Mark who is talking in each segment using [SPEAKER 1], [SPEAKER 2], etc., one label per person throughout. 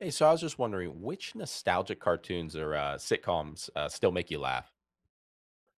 [SPEAKER 1] Hey, so I was just wondering, which nostalgic cartoons or sitcoms still make you laugh?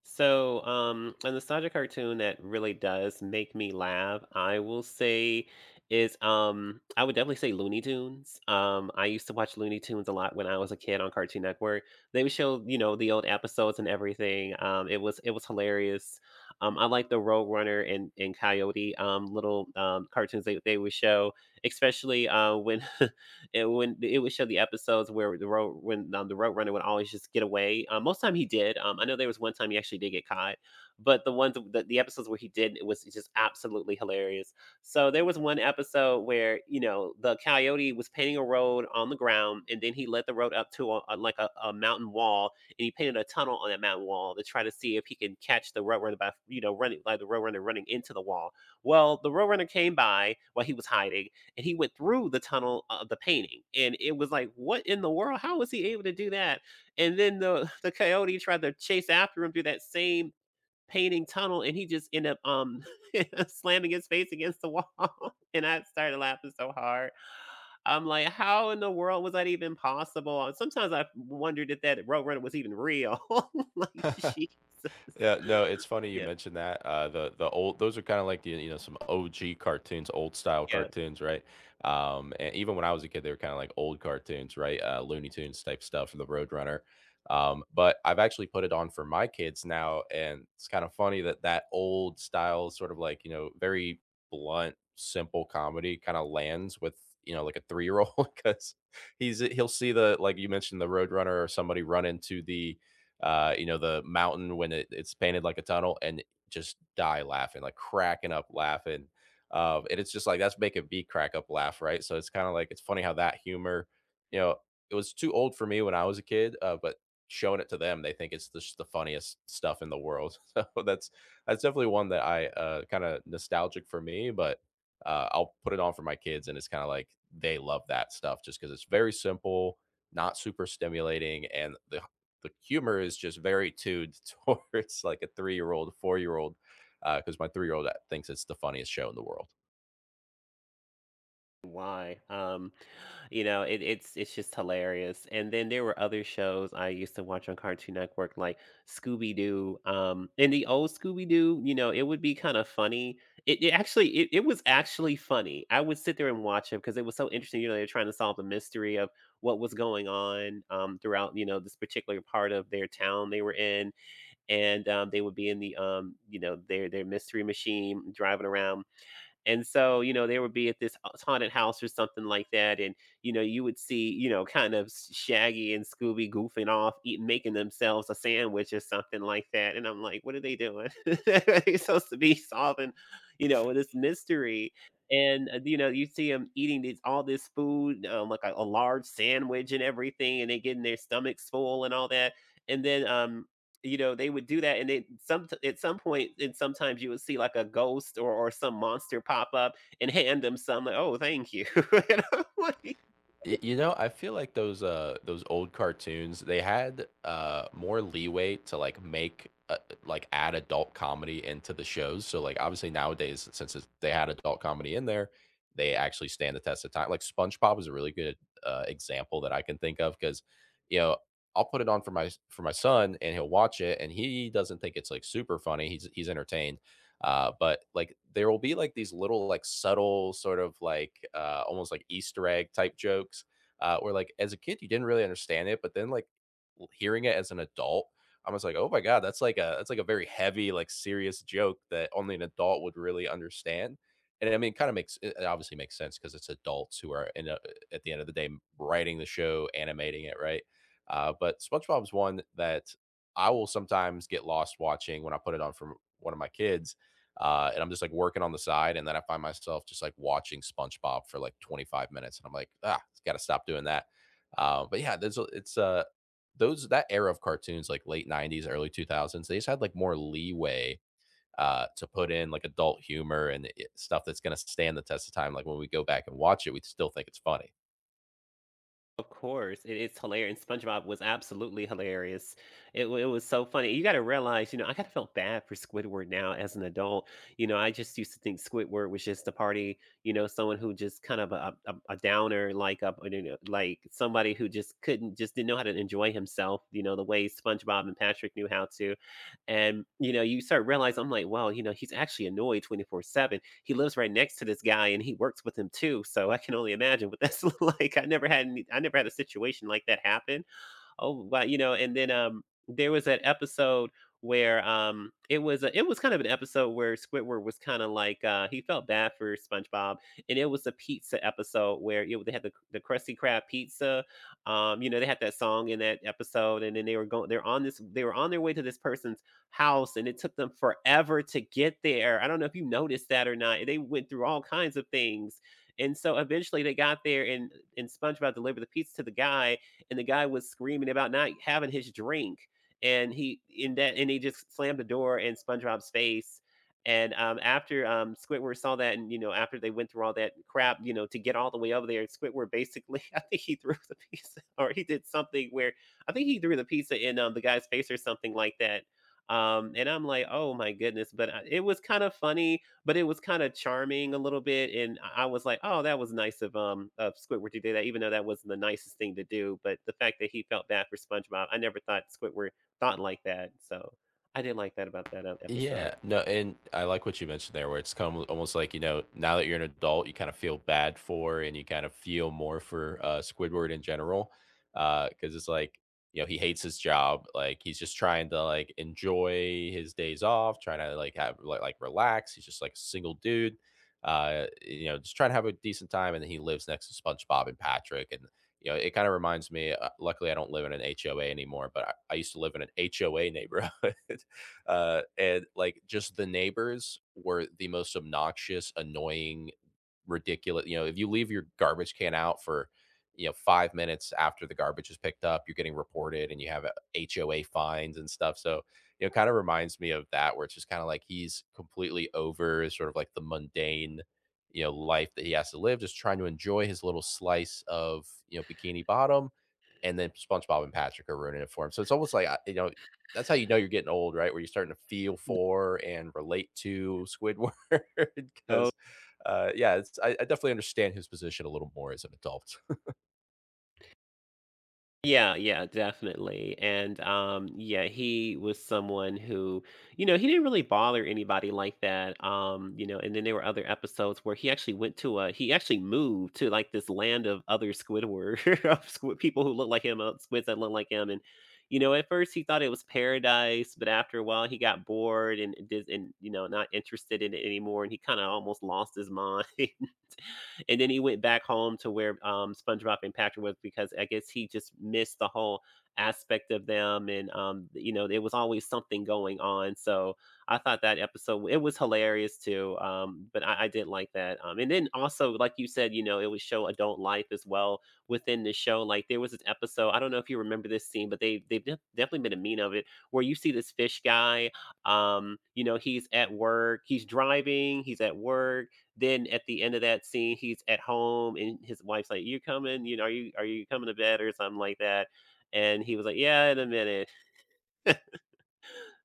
[SPEAKER 2] A nostalgic cartoon that really does make me laugh, I will say, is I would definitely say Looney Tunes. I used to watch Looney Tunes a lot when I was a kid on Cartoon Network. They would show, you know, the old episodes and everything. It was hilarious. I like the Road Runner and Coyote little cartoons they would show, especially when and when it would show the episodes where the road runner would always just get away. Most time he did. I know there was one time he actually did get caught, but the episodes where he did it was just absolutely hilarious. So there was one episode where you know the coyote was painting a road on the ground, and then he led the road up to a mountain wall, and he painted a tunnel on that mountain wall to try to see if he can catch the roadrunner by you know running like the roadrunner running into the wall. Well, the roadrunner came by while he was hiding, and he went through the tunnel of the painting, and it was like, what in the world, how was he able to do that? And then the the coyote tried to chase after him through that same painting tunnel, and he just ended up slamming his face against the wall and I started laughing so hard. I'm like, how in the world was that even possible? And sometimes I wondered if that roadrunner was even real like Jesus.
[SPEAKER 1] Yeah, no, it's funny you
[SPEAKER 2] Yeah.
[SPEAKER 1] mentioned that. The old, those are kind of like the, you know, some OG cartoons, old style
[SPEAKER 2] Yeah.
[SPEAKER 1] cartoons, right? And even when I was a kid, they were kind of like old cartoons, right? Looney Tunes type stuff, the Roadrunner. But I've actually put it on for my kids now, and it's kind of funny that that old style, sort of like, you know, very blunt, simple comedy, kind of lands with, you know, like a 3 year old because he'll see, the like you mentioned, the Roadrunner or somebody run into the you know, the mountain when it's painted like a tunnel and just die laughing, like cracking up laughing. And it's just like that's making me crack up laugh, right? So it's kind of like it's funny how that humor, you know, it was too old for me when I was a kid, but showing it to them, they think it's just the funniest stuff in the world. So that's definitely one that I, kind of nostalgic for me, but I'll put it on for my kids, and it's kind of like they love that stuff just because it's very simple, not super stimulating, and the humor is just very tuned towards like a 3 year old, 4 year old, because my 3 year old thinks it's the funniest show in the world.
[SPEAKER 2] why You know, it's just hilarious. And then there were other shows I used to watch on Cartoon Network, like Scooby Doo. And the old Scooby Doo, you know, it would be kind of funny. It was actually funny. I would sit there and watch it because it was so interesting. You know, they're trying to solve the mystery of what was going on throughout, you know, this particular part of their town they were in, and they would be in you know, their mystery machine driving around, and so, you know, they would be at this haunted house or something like that. And, you know, you would see, you know, kind of Shaggy and Scooby goofing off, eating, making themselves a sandwich or something like that. And I'm like, what are they doing? They're supposed to be solving, you know, this mystery. And, you know, you see them eating all this food, like a large sandwich and everything, and they getting their stomachs full and all that. And then you know, they would do that, and they some at some point, and sometimes you would see like a ghost or some monster pop up and hand them some. Like, oh, thank you. And I'm like,
[SPEAKER 1] You know, I feel like those old cartoons, they had more leeway to like make like add adult comedy into the shows. So like, obviously, nowadays, since it's, they had adult comedy in there, they actually stand the test of time. Like SpongeBob is a really good example that I can think of, cuz, you know, I'll put it on for my son and he'll watch it and he doesn't think it's like super funny. He's entertained, but like there will be like these little like subtle sort of like, almost like Easter egg type jokes, where like as a kid you didn't really understand it, but then like hearing it as an adult, I was like, oh my god, that's like a, that's like a very heavy, like serious joke that only an adult would really understand. And I mean, kind of makes it, it obviously makes sense because it's adults who are in a, at the end of the day, writing the show, animating it, right? But SpongeBob's one that I will sometimes get lost watching when I put it on from one of my kids, and I'm just like working on the side, and then I find myself just like watching SpongeBob for like 25 minutes, and I'm like, ah, got to stop doing that. But yeah, it's those, that era of cartoons, like late 90s, early 2000s, they just had like more leeway to put in like adult humor and stuff that's gonna stand the test of time. Like when we go back and watch it, we still think it's funny.
[SPEAKER 2] of course, it's hilarious. SpongeBob was absolutely hilarious. It was so funny. You got to realize, you know, I kind of felt bad for Squidward now as an adult. You know, I just used to think Squidward was just a party, you know, someone who just kind of a downer, like you know, like somebody who just couldn't, just didn't know how to enjoy himself. You know, the way SpongeBob and Patrick knew how to. And, you know, you start realizing, I'm like, well, you know, he's actually annoyed 24/7. He lives right next to this guy and he works with him too. So I can only imagine what that's like. I never had a situation like that happen. "Oh, wow," you know, and then, there was that episode where, it was kind of an episode where Squidward was kinda like, he felt bad for SpongeBob, and it was a pizza episode where, you know, they had the Krusty Krab pizza, you know, they had that song in that episode, and then they were on their way to this person's house, and it took them forever to get there. I don't know if you noticed that or not, they went through all kinds of things, and so eventually they got there, and SpongeBob delivered the pizza to the guy, and the guy was screaming about not having his drink, and he just slammed the door in SpongeBob's face. And after Squidward saw that, and you know, after they went through all that crap, you know, to get all the way over there, Squidward basically, I think he threw the pizza, or he did something where I think he threw the pizza in the guy's face or something like that. And I'm like, oh my goodness! But it was kind of funny, but it was kinda charming a little bit, and I was like, "Oh, that was nice of Squidward to do that," even though that wasn't the nicest thing to do, but the fact that he felt bad for SpongeBob, I never thought Squidward thought like that, so I did not like that about that, episode.
[SPEAKER 1] Yeah, no, and I like what you mentioned there, where it's come almost like, you know, now that you're an adult, you kind of feel bad for, and you kind of feel more for, Squidward in general. Because it's like, you know, he hates his job. Like, he's just trying to like enjoy his days off, trying to like have like relax. He's just like a single dude, you know, just trying to have a decent time. And then he lives next to SpongeBob and Patrick. And, you know, it kind of reminds me, luckily, I don't live in an HOA anymore, but I used to live in an HOA neighborhood. And like just the neighbors were the most obnoxious, annoying, ridiculous. You know, if you leave your garbage can out for, you know, 5 minutes after the garbage is picked up, you're getting reported and you have HOA fines and stuff. So, you know, kind of reminds me of that, where it's just kind of like he's completely over sort of like the mundane, you know, life that he has to live, just trying to enjoy his little slice of, you know, Bikini Bottom. And then SpongeBob and Patrick are ruining it for him. So it's almost like, you know, that's how you know you're getting old, right? Where you're starting to feel for and relate to Squidward
[SPEAKER 2] Oh,
[SPEAKER 1] because yeah, it's, I definitely understand his position a little more as an adult.
[SPEAKER 2] yeah, yeah, definitely. And yeah, he was someone who, you know, he didn't really bother anybody like that. You know, and then there were other episodes where he actually moved to like this land of other Squidward of squid, people who look like him, squids that look like him, and you know, at first he thought it was paradise, but after a while he got bored and did and you know, not interested in it anymore, and he kind of almost lost his mind. And then he went back home to where SpongeBob and Patrick was, because I guess he just missed the whole aspect of them. And, you know, there was always something going on. So I thought that episode, it was hilarious too. But I did like that. And then also, like you said, you know, it would show adult life as well within the show. Like there was this episode, I don't know if you remember this scene, but they've definitely made a mean of it where you see this fish guy you know he's driving, he's at work, then at the end of that scene, he's at home and his wife's like, "You coming? You know, are you coming to bed or something like that?" And he was like, "Yeah, in a minute."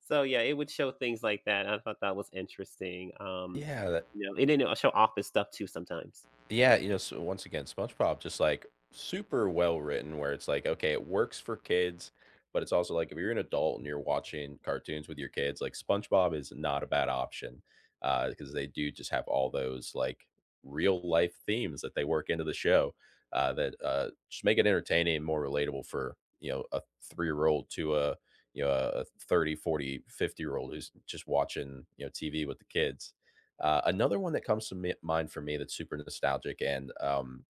[SPEAKER 2] So yeah, it would show things like that. I thought that was interesting.
[SPEAKER 1] Yeah,
[SPEAKER 2] You know, it didn't show office stuff too sometimes.
[SPEAKER 1] yeah, you know, so once again, SpongeBob, just like super well written, where it's like, okay, it works for kids, but it's also like if you're an adult and you're watching cartoons with your kids, like SpongeBob is not a bad option, because they do just have all those like real life themes that they work into the show, that just make it entertaining and more relatable for, you know, a 3 year old to a, you know, a 30, 40, 50 year old who's just watching, you know, tv with the kids. Another one that comes to mind for me that's super nostalgic, and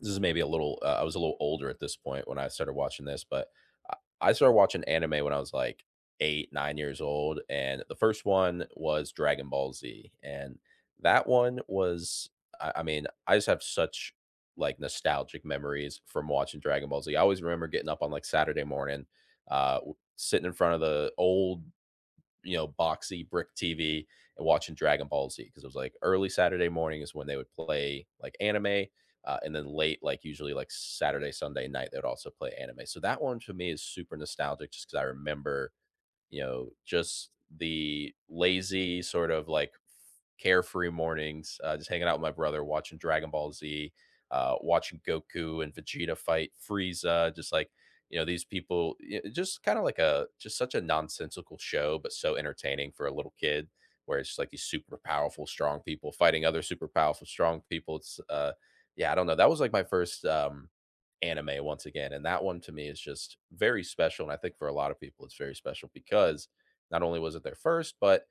[SPEAKER 1] this is maybe a little, I was a little older at this point when I started watching this, but I I started watching anime when I was like eight, 9 years old. And the first one was Dragon Ball Z. And that one was, I mean, I just have such like nostalgic memories from watching Dragon Ball Z. I always remember getting up on like Saturday morning, sitting in front of the old, you know, boxy brick TV and watching Dragon Ball Z because it was like early Saturday morning is when they would play like anime. And then late, like usually like Saturday, Sunday night, they would also play anime. So that one to me is super nostalgic just because I remember, you know, just the lazy sort of like carefree mornings, just hanging out with my brother, watching Dragon Ball Z, watching Goku and Vegeta fight Frieza, just like, you know, these people, just kind of like a, just such a nonsensical show, but so entertaining for a little kid. Where it's just like these super powerful, strong people fighting other super powerful, strong people. It's yeah, I don't know. That was like my first anime, once again. And that one to me is just very special. And I think for a lot of people, it's very special because not only was it their first, but,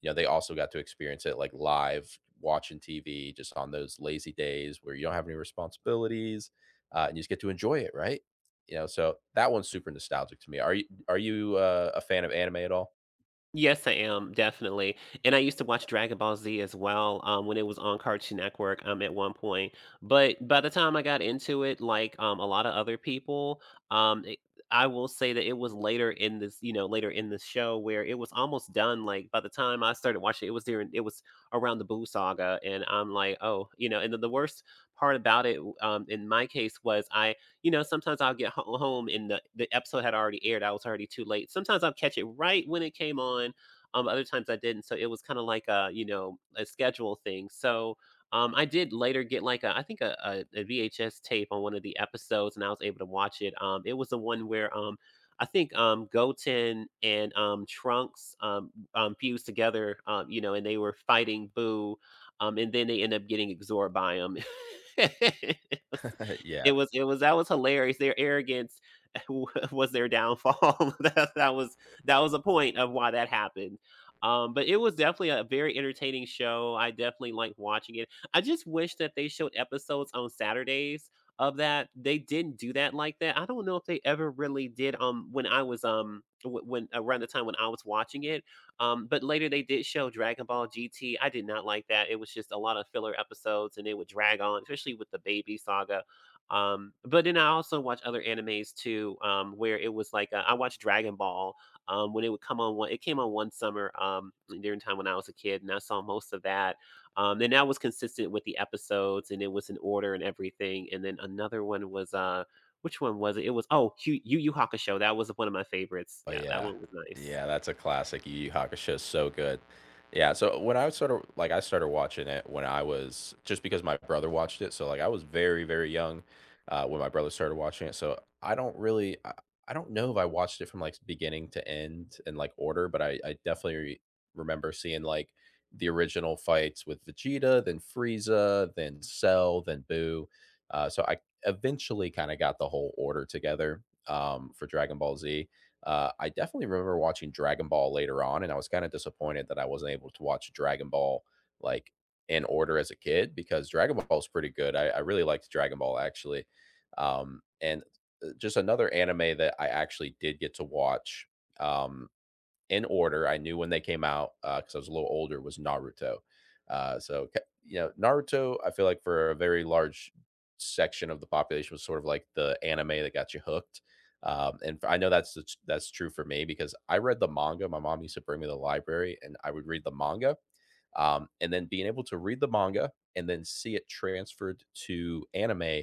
[SPEAKER 1] you know, they also got to experience it like live, watching TV, just on those lazy days where you don't have any responsibilities, and you just get to enjoy it, right? You know, so that one's super nostalgic to me. Are you a fan of anime at all?
[SPEAKER 2] Yes, I am, definitely, and I used to watch Dragon Ball Z as well, when it was on Cartoon Network, at one point, but by the time I got into it, a lot of other people, it I will say that it was later in this, you know, later in the show where it was almost done, like, by the time I started watching it was during it was around the Boo Saga, and I'm like, "Oh," you know, and the worst part about it, in my case was I you know, sometimes I'll get home, and the episode had already aired. I was already too late. Sometimes I'll catch it right when it came on. Other times I didn't. So it was kind of like you know, a schedule thing. So I did later get like I think VHS tape on one of the episodes and I was able to watch it. It was the one where, I think Goten and Trunks fused together, you know, and they were fighting Boo, and then they end up getting absorbed by him.
[SPEAKER 1] Yeah.
[SPEAKER 2] It was that was hilarious. Their arrogance was their downfall. That was a point of why that happened. But it was definitely a very entertaining show. I definitely liked watching it. I just wish that they showed episodes on Saturdays of that. They didn't do that like that. I don't know if they ever really did, when I was, w when around the time when I was watching it. But later they did show Dragon Ball GT. I did not like that. It was just a lot of filler episodes, and it would drag on, especially with the Baby Saga. But then I also watch other animes too, where it was like I watched Dragon Ball when it would come on one. It came on one summer during time when I was a kid, and I saw most of that. And that was consistent with the episodes, and it was in order and everything. And then another one was which one was it? It was Yu Yu Hakusho. That was one of my favorites.
[SPEAKER 1] Oh,
[SPEAKER 2] Yeah, that
[SPEAKER 1] yeah.
[SPEAKER 2] one was nice.
[SPEAKER 1] Yeah, that's a classic. Yu Yu Hakusho is so good. Yeah, so when I was sort of like, I started watching it when I was, just because my brother watched it, so, like, I was very, very young, when my brother started watching it, so I don't really. I don't know if I watched it from, like, beginning to end in, like, order, but I definitely remember seeing, like, the original fights with Vegeta, then Frieza, then Cell, then Boo, so I eventually kinda got the whole order together, for Dragon Ball Z. I definitely remember watching Dragon Ball later on, and I was kind of disappointed that I wasn't able to watch Dragon Ball like in order as a kid because Dragon Ball is pretty good. I really liked Dragon Ball actually, and just another anime that I actually did get to watch. Um, in order. I knew when they came out because I was a little older. Was Naruto. So you know, Naruto, I feel like for a very large section of the population was sort of like the anime that got you hooked. And I know that's that's true for me because I read the manga. My mom used to bring me to the library, and I would read the manga. And then being able to read the manga and then see it transferred to anime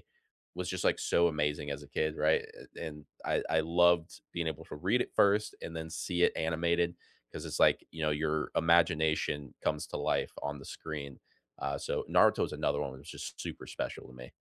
[SPEAKER 1] was just like so amazing as a kid, right? And I loved being able to read it first and then see it animated because it's like, you know, your imagination comes to life on the screen. So Naruto is another one that was just super special to me.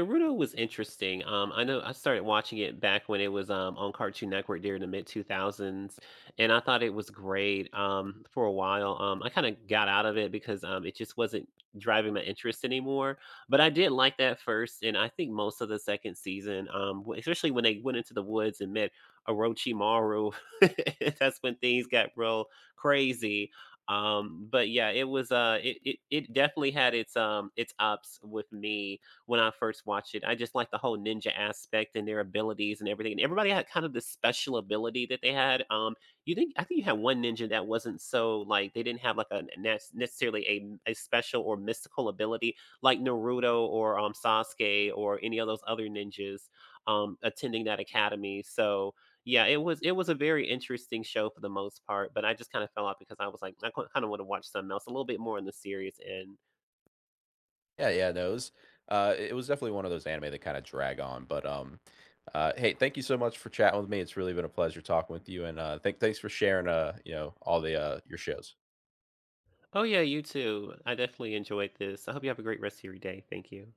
[SPEAKER 2] Naruto was interesting. I know I started watching it back when it was on Cartoon Network during the mid 2000s, and I thought it was great for a while. I kind of got out of it because it just wasn't driving my interest anymore. But I did like that first, and I think most of the second season, especially when they went into the woods and met Orochimaru, that's when things got real crazy. But yeah, it was it definitely had its ups with me when I first watched it. I just like the whole ninja aspect and their abilities and everything. And everybody had kind of this special ability that they had. You think I think you had one ninja that wasn't so like they didn't have like a necessarily a special or mystical ability like Naruto or Sasuke or any of those other ninjas attending that academy. So yeah, it was a very interesting show for the most part, but I just kind of fell off because I was like I kind of want to watch something else a little bit more in the series and.
[SPEAKER 1] Yeah, yeah, no, it was definitely one of those anime that kind of drag on. But hey, thank you so much for chatting with me. It's really been a pleasure talking with you, and thanks for sharing, you know, all the, your shows.
[SPEAKER 2] Oh yeah, you too. I definitely enjoyed this. I hope you have a great rest of your day. Thank you.